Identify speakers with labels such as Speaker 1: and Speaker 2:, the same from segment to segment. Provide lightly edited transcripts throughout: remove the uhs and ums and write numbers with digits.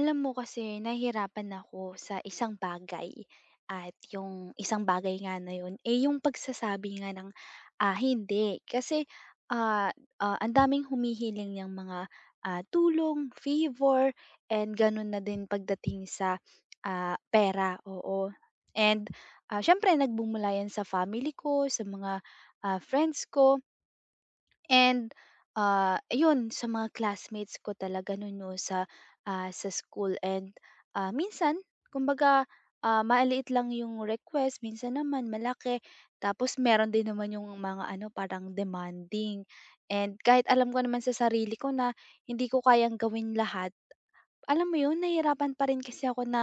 Speaker 1: Alam mo kasi nahihirapan ako sa isang bagay at yung isang bagay nga na yun, eh, yung pagsasabi nga ng, hindi. Kasi, ah, ang daming humihiling niyang mga, tulong, favor, and gano'n na din pagdating sa, pera, oo. And, siyempre nagbumula yan sa family ko, sa mga, friends ko. And, ayun sa mga classmates ko talaga nun 'no sa, sa school and, minsan kumbaga, maliit lang yung request, minsan naman malaki. Tapos meron din naman yung mga ano parang demanding and kahit alam ko naman sa sarili ko na hindi ko kayang gawin lahat, alam mo yun, nahihirapan pa rin kasi ako na,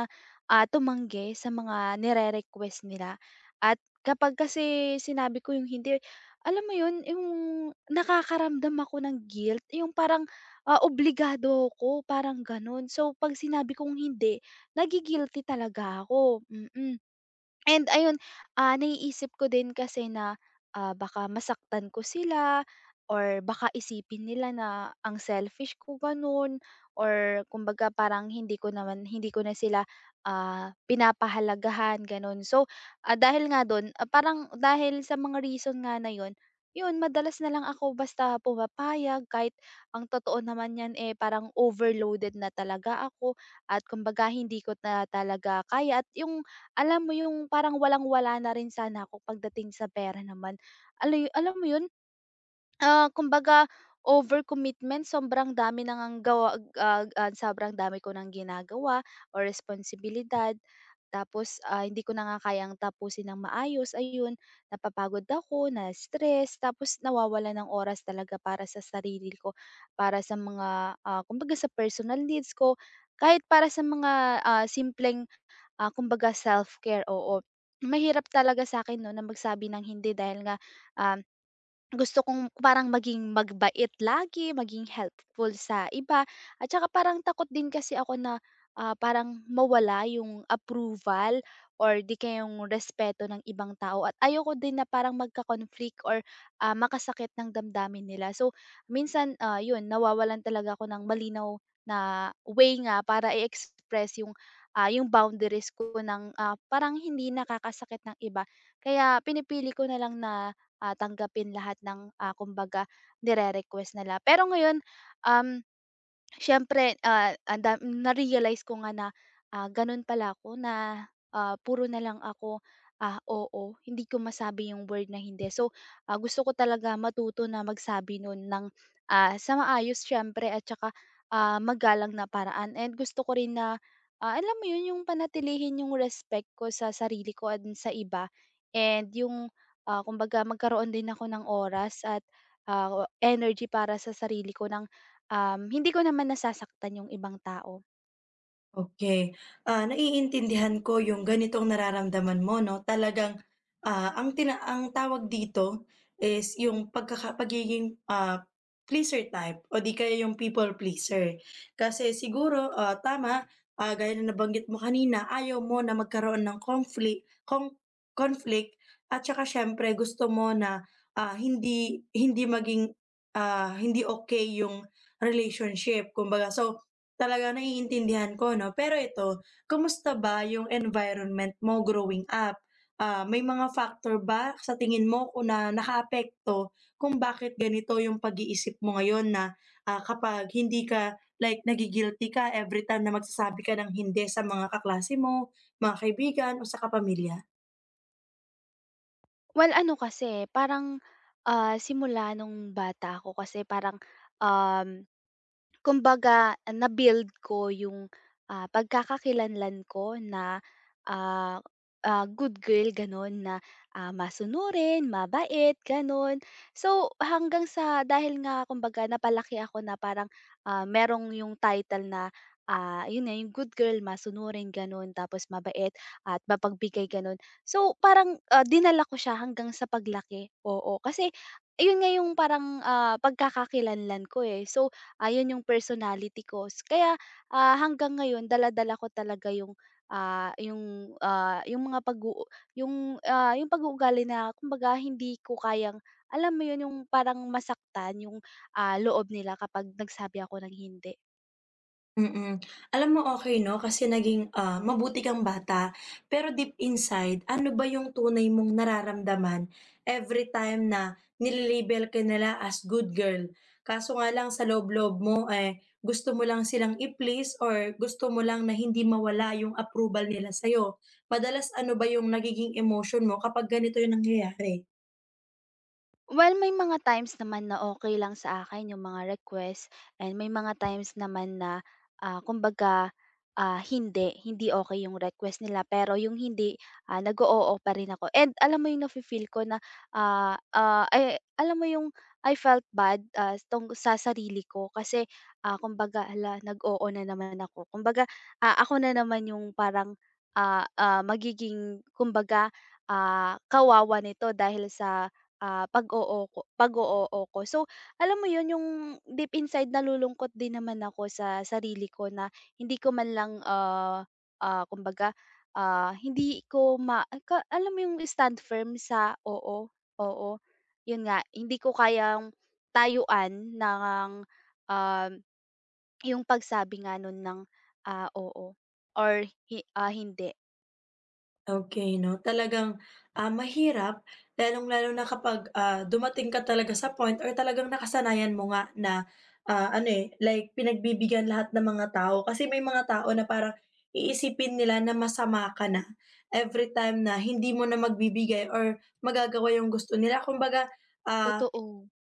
Speaker 1: tumanggi sa mga nire-request nila at kapag kasi sinabi ko yung hindi, alam mo yun, yung nakakaramdam ako ng guilt, yung parang, obligado ako, parang gano'n. So, 'pag sinabi kong hindi, nagi-guilty talaga ako, And ayun, naiisip ko din kasi na, baka masaktan ko sila or baka isipin nila na ang selfish ko, gano'n or kumbaga parang hindi ko naman hindi ko na sila, pinapahalagahan gano'n. So, dahil nga do'n, parang dahil sa mga reason nga na 'yun, 'yun madalas na lang ako basta pumapayag kahit ang totoo naman niyan, eh, parang overloaded na talaga ako at kumbaga hindi ko na talaga kaya at yung alam mo yung parang walang-wala na rin sana ako pagdating sa pera naman. Aluy alam mo 'yun? Kumbaga overcommitment, sobrang dami na ngang gawa sobrang dami ko ng ginagawa o responsibilidad. Tapos, hindi ko na nga kayang tapusin ng maayos, ayun, napapagod ako, na-stress, tapos nawawala ng oras talaga para sa sarili ko, para sa mga, kumbaga sa personal needs ko, kahit para sa mga simpleng, kumbaga self-care, oo. Mahirap talaga sa akin 'no na magsabi ng hindi dahil nga, ah gusto kong parang maging magbait lagi, maging helpful sa iba at saka parang takot din kasi ako na, parang mawala yung approval or 'di kaya yung respeto ng ibang tao at ayoko din na parang magka-conflict or, makasakit ng damdamin nila. So, minsan, yun nawawalan talaga ako ng malinaw na way nga para i-express yung, yung boundaries ko ng, parang hindi nakakasakit ng iba. Kaya pinipili ko na lang na tanggapin lahat ng, kumbaga nire-request nila. Pero ngayon, um, siyempre, ah, ang da na-realize ko nga na, gano'n pala ako na, puro na lang ako, oo. Hindi ko masabi yung word na hindi. So, gusto ko talaga matuto na magsabi nun ng, sa maayos siyempre at saka, magalang na paraan and gusto ko rin na, alam mo yun, yung panatilihin yung respect ko sa sarili ko at sa iba and yung, kumbaga magkaroon din ako ng oras at, energy para sa sarili ko ng hindi ko naman nasasaktan yung ibang tao.
Speaker 2: Okay. Naiintindihan ko yung ganitong nararamdaman mo 'no. Talagang, ang tawag dito is yung pagiging, pleaser type o di kaya yung people pleaser. Kasi siguro, tama, gaya na nabanggit mo kanina, ayaw mo na magkaroon ng conflict at saka siyempre gusto mo na, hindi hindi maging, hindi okay yung relationship kumbaga. So talagang naiintindihan ko 'no. Pero ito, kumusta ba yung environment mo growing up? Ah, may mga factor ba sa tingin mo kung na nakaapekto kung bakit ganito yung pag-iisip mo ngayon na, kapag hindi ka like nagi-guilty ka every time na magsasabi ka ng hindi sa mga kaklase mo, mga kaibigan o sa kapamilya?
Speaker 1: Well, ano kasi, parang, simula nung bata ako kasi parang, um kumbaga na-build ko yung, pagkakakilanlan ko na, ah, good girl gano'n na, masunurin, mabait gano'n. So hanggang sa dahil nga kumbaga napalaki ako na parang, merong yung title na, yun na yung good girl, masunurin gano'n, tapos mabait at mapagbigay gano'n. So parang, dinala ko siya hanggang sa paglaki, oo. Kasi ayun nga yung parang, pagkakakilanlan ko, eh. So ayun yung personality ko s kaya, hanggang ngayon dala-dala ko talaga yung, ah, yung, ah, yung mga pag yung pag-uugali na kumbaga hindi ko kayang alam mo yun yung parang masaktan yung, loob nila kapag nagsabi ako ng hindi.
Speaker 2: Mm. Alam mo okey 'no, kasi naging, mabuti kang bata, pero deep inside, ano ba yung tunay mong nararamdaman every time na nile-label ka nila as good girl. Kaso nga lang sa loob-loob mo, eh, gusto mo lang silang i-please or gusto mo lang na hindi mawala yung approval nila sa'yo. Madalas ano ba yung nagiging emotion mo kapag ganito yung nangyayari?
Speaker 1: Well, may mga times naman na okay lang sa akin yung mga request and may mga times naman na, kumbaga, hindi okay yung request nila pero yung hindi, nag oo pa rin ako and alam mo yung nafi-feel ko na, ay alam mo yung I felt bad, tungkol sa sarili ko kasi, kumbaga, hala nag-oo na naman ako. Kumbaga, ako na naman yung parang, magiging kumbaga, kawawa nito dahil sa 'pag oo ko. So, alam mo 'yun, yung deep inside nalulungkot din naman ako sa sarili ko na hindi ko man lang, kumbaga, hindi ko ma ka alam mo yung stand firm sa oo, oo. 'Yun nga, hindi ko kayang tayuan ng, um, yung pagsabi nga nun ng, oo or hindi.
Speaker 2: Okay 'no, talagang, mahirap lalong-lalo na kapag, dumating ka talaga sa point or talagang nakasanayan mo nga na, ano, eh, like pinagbibigyan lahat ng mga tao. Kasi may mga tao na parang iisipin nila na masama ka na every time na hindi mo na magbibigay or magagawa yung gusto nila. Kumbaga, ah
Speaker 1: Totoo.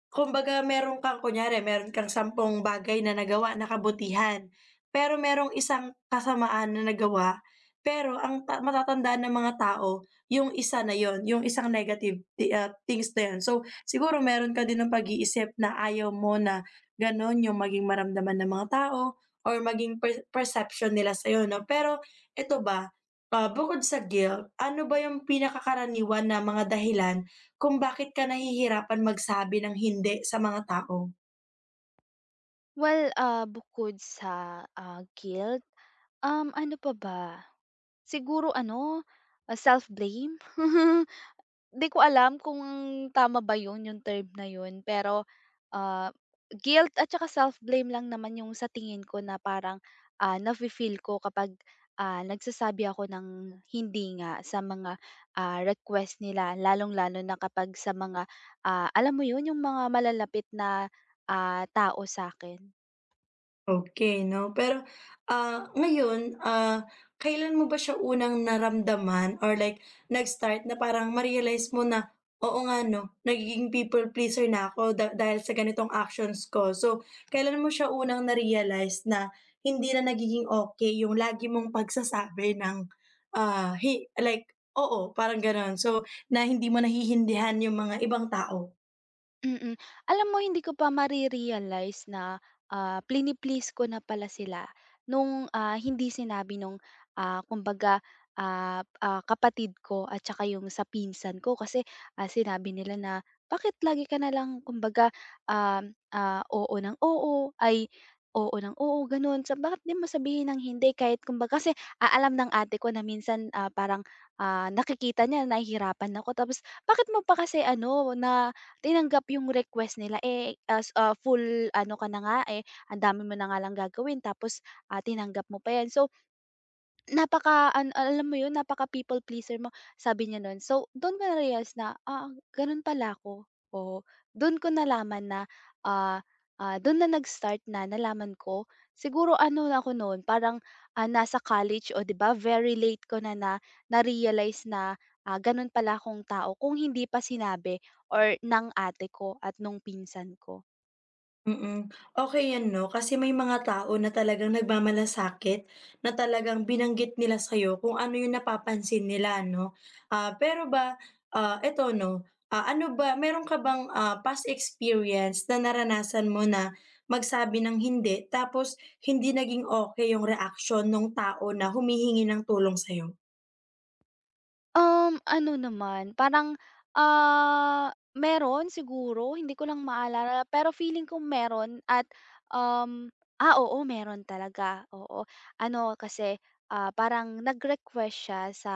Speaker 2: Kumbaga meron kang kunyari meron kang sampung bagay na nagawa na kabutihan, pero merong isang kasamaan na nagawa, pero ang matatandaan ng mga tao yung isa na yon, yung isang negative things na yun. So siguro meron ka din ng pag-iisip na ayaw mo na gano'n yung maging maramdaman ng mga tao or maging perception nila sa'yo 'no. Pero eto ba, bukod sa guilt, ano ba yung pinakakaraniwan na mga dahilan kung bakit ka nahihirapan magsabi ng hindi sa mga tao?
Speaker 1: Well, bukod sa, guilt, ano pa ba? Siguro ano, self-blame? Hindi ko alam kung tama ba 'yun, yung term na 'yun, pero, ah, guilt at saka self-blame lang naman yung sa tingin ko na parang, nafi-feel ko kapag, nagsasabi ako ng hindi nga sa mga, request nila lalong-lalo na kapag sa mga, alam mo 'yun, yung mga malalapit na, tao sa akin.
Speaker 2: Okey 'no, pero, ngayon, kailan mo ba siya unang naramdaman or like nag-start na parang ma-realize mo na, "Oo nga 'no, nagiging people pleaser na ako dahil sa ganitong actions ko." So kailan mo siya unang na-realize na hindi na nagiging okey yung lagi mong pagsasabi ng, like oo, parang gano'n. So na hindi mo nahihindihan yung mga ibang tao?
Speaker 1: Mm. Alam mo hindi ko pa mare-realize na, plini-please ko na pala sila nung, hindi sinabi nung, kumbaga, kapatid ko at saka yung sa pinsan ko kasi, sinabi nila na, "Bakit lagi ka na lang kumbaga, oo ng oo, ay oo ng oo," gano'n. "Sa bakit 'di mo sabihin ng hindi kahit kumbaga" kasi, alam ng ate ko na minsan, parang, nakikita niya nahihirapan ako tapos, "Bakit mo pa kasi ano na tinanggap yung request nila, eh, as full ano ka na nga, eh, ang dami mo na nga lang gagawin tapos, tinanggap mo pa yan. So, Napaka an alam mo yun, napaka people pleaser mo, sabi niya nun. So, dun ko na-realize na, ganon pala ako. Oo, dun ko nalaman na, ah, don na nag-start na nalaman ko. Siguro ano na ako nun, parang, nasa college o 'di ba very late ko na na na-realize na, ganon pala akong tao kung hindi pa sinabi or ng ate ko at nung pinsan ko.
Speaker 2: Mm, okey yan 'no, kasi may mga tao na talagang nagmamalasakit, na talagang binanggit nila sa'yo kung ano yung napapansin nila 'no. Ah, pero ba, eto 'no, ano ba, meron ka bang, past experience na naranasan mo na magsabi ng hindi tapos hindi naging okey yung reaksyon nung tao na humihingi ng tulong sa'yo?
Speaker 1: Ano naman, parang, meron siguro, hindi ko lang maalala, pero feeling ko meron at, oo, meron talaga, oo. Ano kasi, parang nag-request siya sa,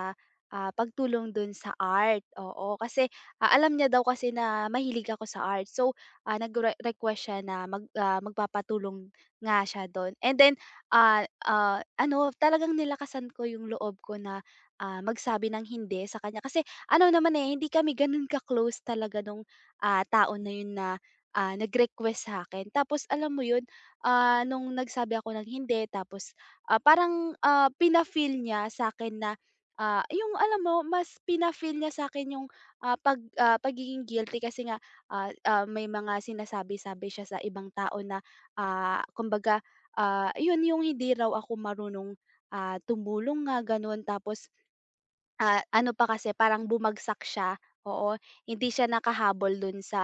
Speaker 1: pagtulong dun sa art, oo. Kasi, alam niya daw kasi na mahilig ako sa art. So, nagre-request siya na magpapatulong nga siya dun and then, ano, talagang nilakasan ko yung loob ko na magsabi ng hindi sa kanya. Kasi ano naman, eh, hindi kami gano'n ka-close talaga nung, tao na 'yun na, nag-request sa akin. Tapos alam mo 'yun, nung nagsabi ako ng hindi tapos, parang, pina-feel niya sa'kin na, 'yung alam mo mas pina-feel niya sa akin 'yung, pagiging guilty kasi nga, may mga sinasabi-sabi siya sa ibang tao na, kumbaga, 'yun 'yung hindi raw ako marunong, tumulong nga gano'n. Tapos ano pa kasi parang bumagsak siya, oo. Hindi siya nakahabol dun sa,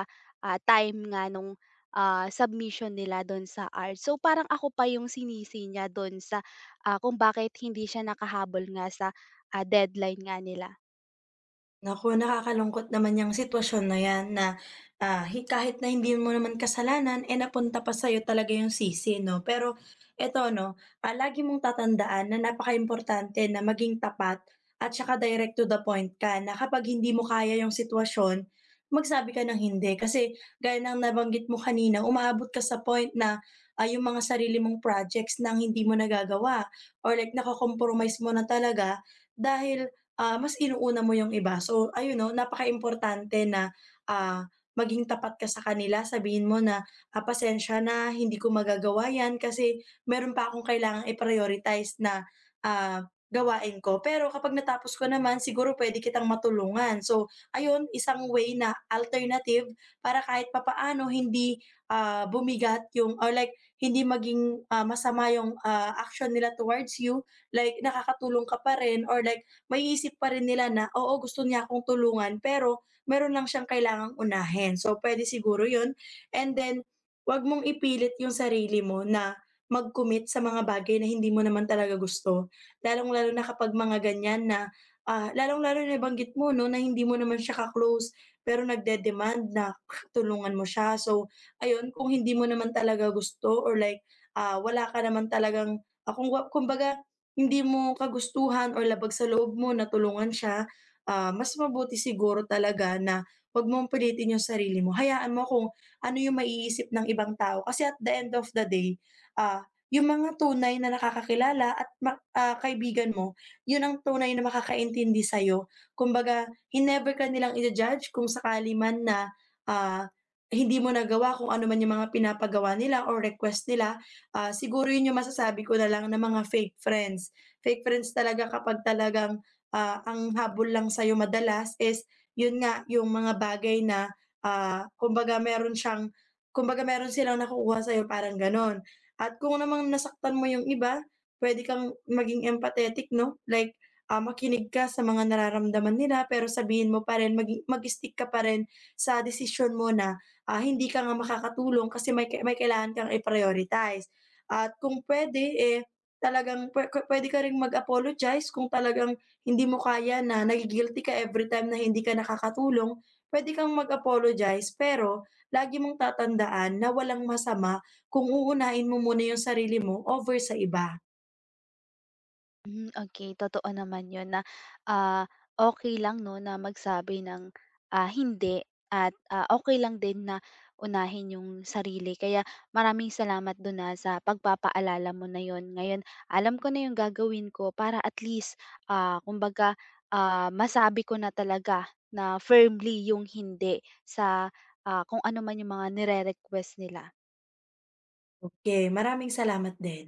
Speaker 1: time nga nung, submission nila dun sa art. So, parang ako pa yung sinisi niya dun sa, kung bakit hindi siya nakahabol nga sa, deadline nga nila.
Speaker 2: Naku, nakakalungkot naman yung sitwasyon na 'yan na, kahit na hindi mo naman kasalanan, eh, napunta pa sa'yo talaga 'yung sisi 'no. Pero eto 'no, lagi mong tatandaan na napakaimportante na maging tapat at saka direct to the point ka na kapag hindi mo kaya 'yung sitwasyon, magsabi ka ng hindi. Kasi gaya ng nabanggit mo kanina, umaabot ka sa point na, 'yung mga sarili mong projects ng hindi mo nagagawa or like nako-compromise mo na talaga dahil mas inuuna mo yung iba. So ayun 'no, napakaimportante na, ah, maging tapat ka sa kanila. Sabihin mo na, "Ah, pasensya na hindi ko magagawa 'yan kasi meron pa akong kailangang i-prioritize na, gawain ko. Pero kapag natapos ko naman siguro puwede kitang matulungan." So ayun, isang way na alternative para kahit papaano hindi, bumigat yung or like hindi maging, masama yung, action nila towards you. Like nakakatulong ka pa rin or like maiisip pa rin nila na, oo gusto niya akong tulungan pero meron lang siyang kailangang unahin. So pwede siguro 'yun and then 'wag mong ipilit yung sarili mo na mag-commit sa mga bagay na hindi mo naman talaga gusto. Lalong-lalo na kapag mga ganiyan na, lalong-lalo na nabanggit mo 'no na hindi mo naman siya ka-close pero nagde-demand na tulungan mo siya. So ayun, kung hindi mo naman talaga gusto or like, wala ka naman talagang, kung wa kumbaga hindi mo kagustuhan or labag sa loob mo na tulungan siya, mas mabuti siguro talaga na 'wag mong pilitin yung sarili mo. Hayaan mo kung ano yung maiisip ng ibang tao kasi at the end of the day, ah, yung mga tunay na nakakakilala at kaibigan mo, yun ang tunay na makakaintindi sa'yo. Kumbaga, hinever ka nilang ija-judge kung sakali man na, ah, hindi mo nagawa kung ano man yung mga pinapagawa nila or request nila, siguro yun yung masasabi ko na lang na mga fake friends. Fake friends talaga kapag talagang, ang habol lang sa'yo madalas is yun nga, yung mga bagay na, kumbaga meron siyang kumbaga meron silang nakukuha sa'yo parang gano'n. At kung namang nasaktan mo yung iba, puwede kang maging empathetic 'no, like, makinig ka sa mga nararamdaman nila pero sabihin mo pa rin mag-stick ka pa rin sa desisyon mo na, hindi ka nga makakatulong kasi may kailangan kang i-prioritize. At kung pwede eh, talagang puwede ka ring mag-apologize kung talagang hindi mo kaya na nagi ka every time na hindi ka nakakatulong, pwede kang mag-apologize. Pero lagi mong tatandaan na walang masama kung uunahin mo muna yung sarili mo over sa iba.
Speaker 1: Hmm. Okay, totoo naman 'yun na, ah, okay lang 'no na magsabi ng, hindi at, okay lang din na unahin yung sarili. Kaya maraming salamat do'n, na sa pagpapaalala mo na 'yun. Ngayon alam ko na yung gagawin ko para at least, kumbaga, masabi ko na talaga na firmly yung hindi sa, kung ano man yung mga nire-request nila.
Speaker 2: Okay, maraming salamat din.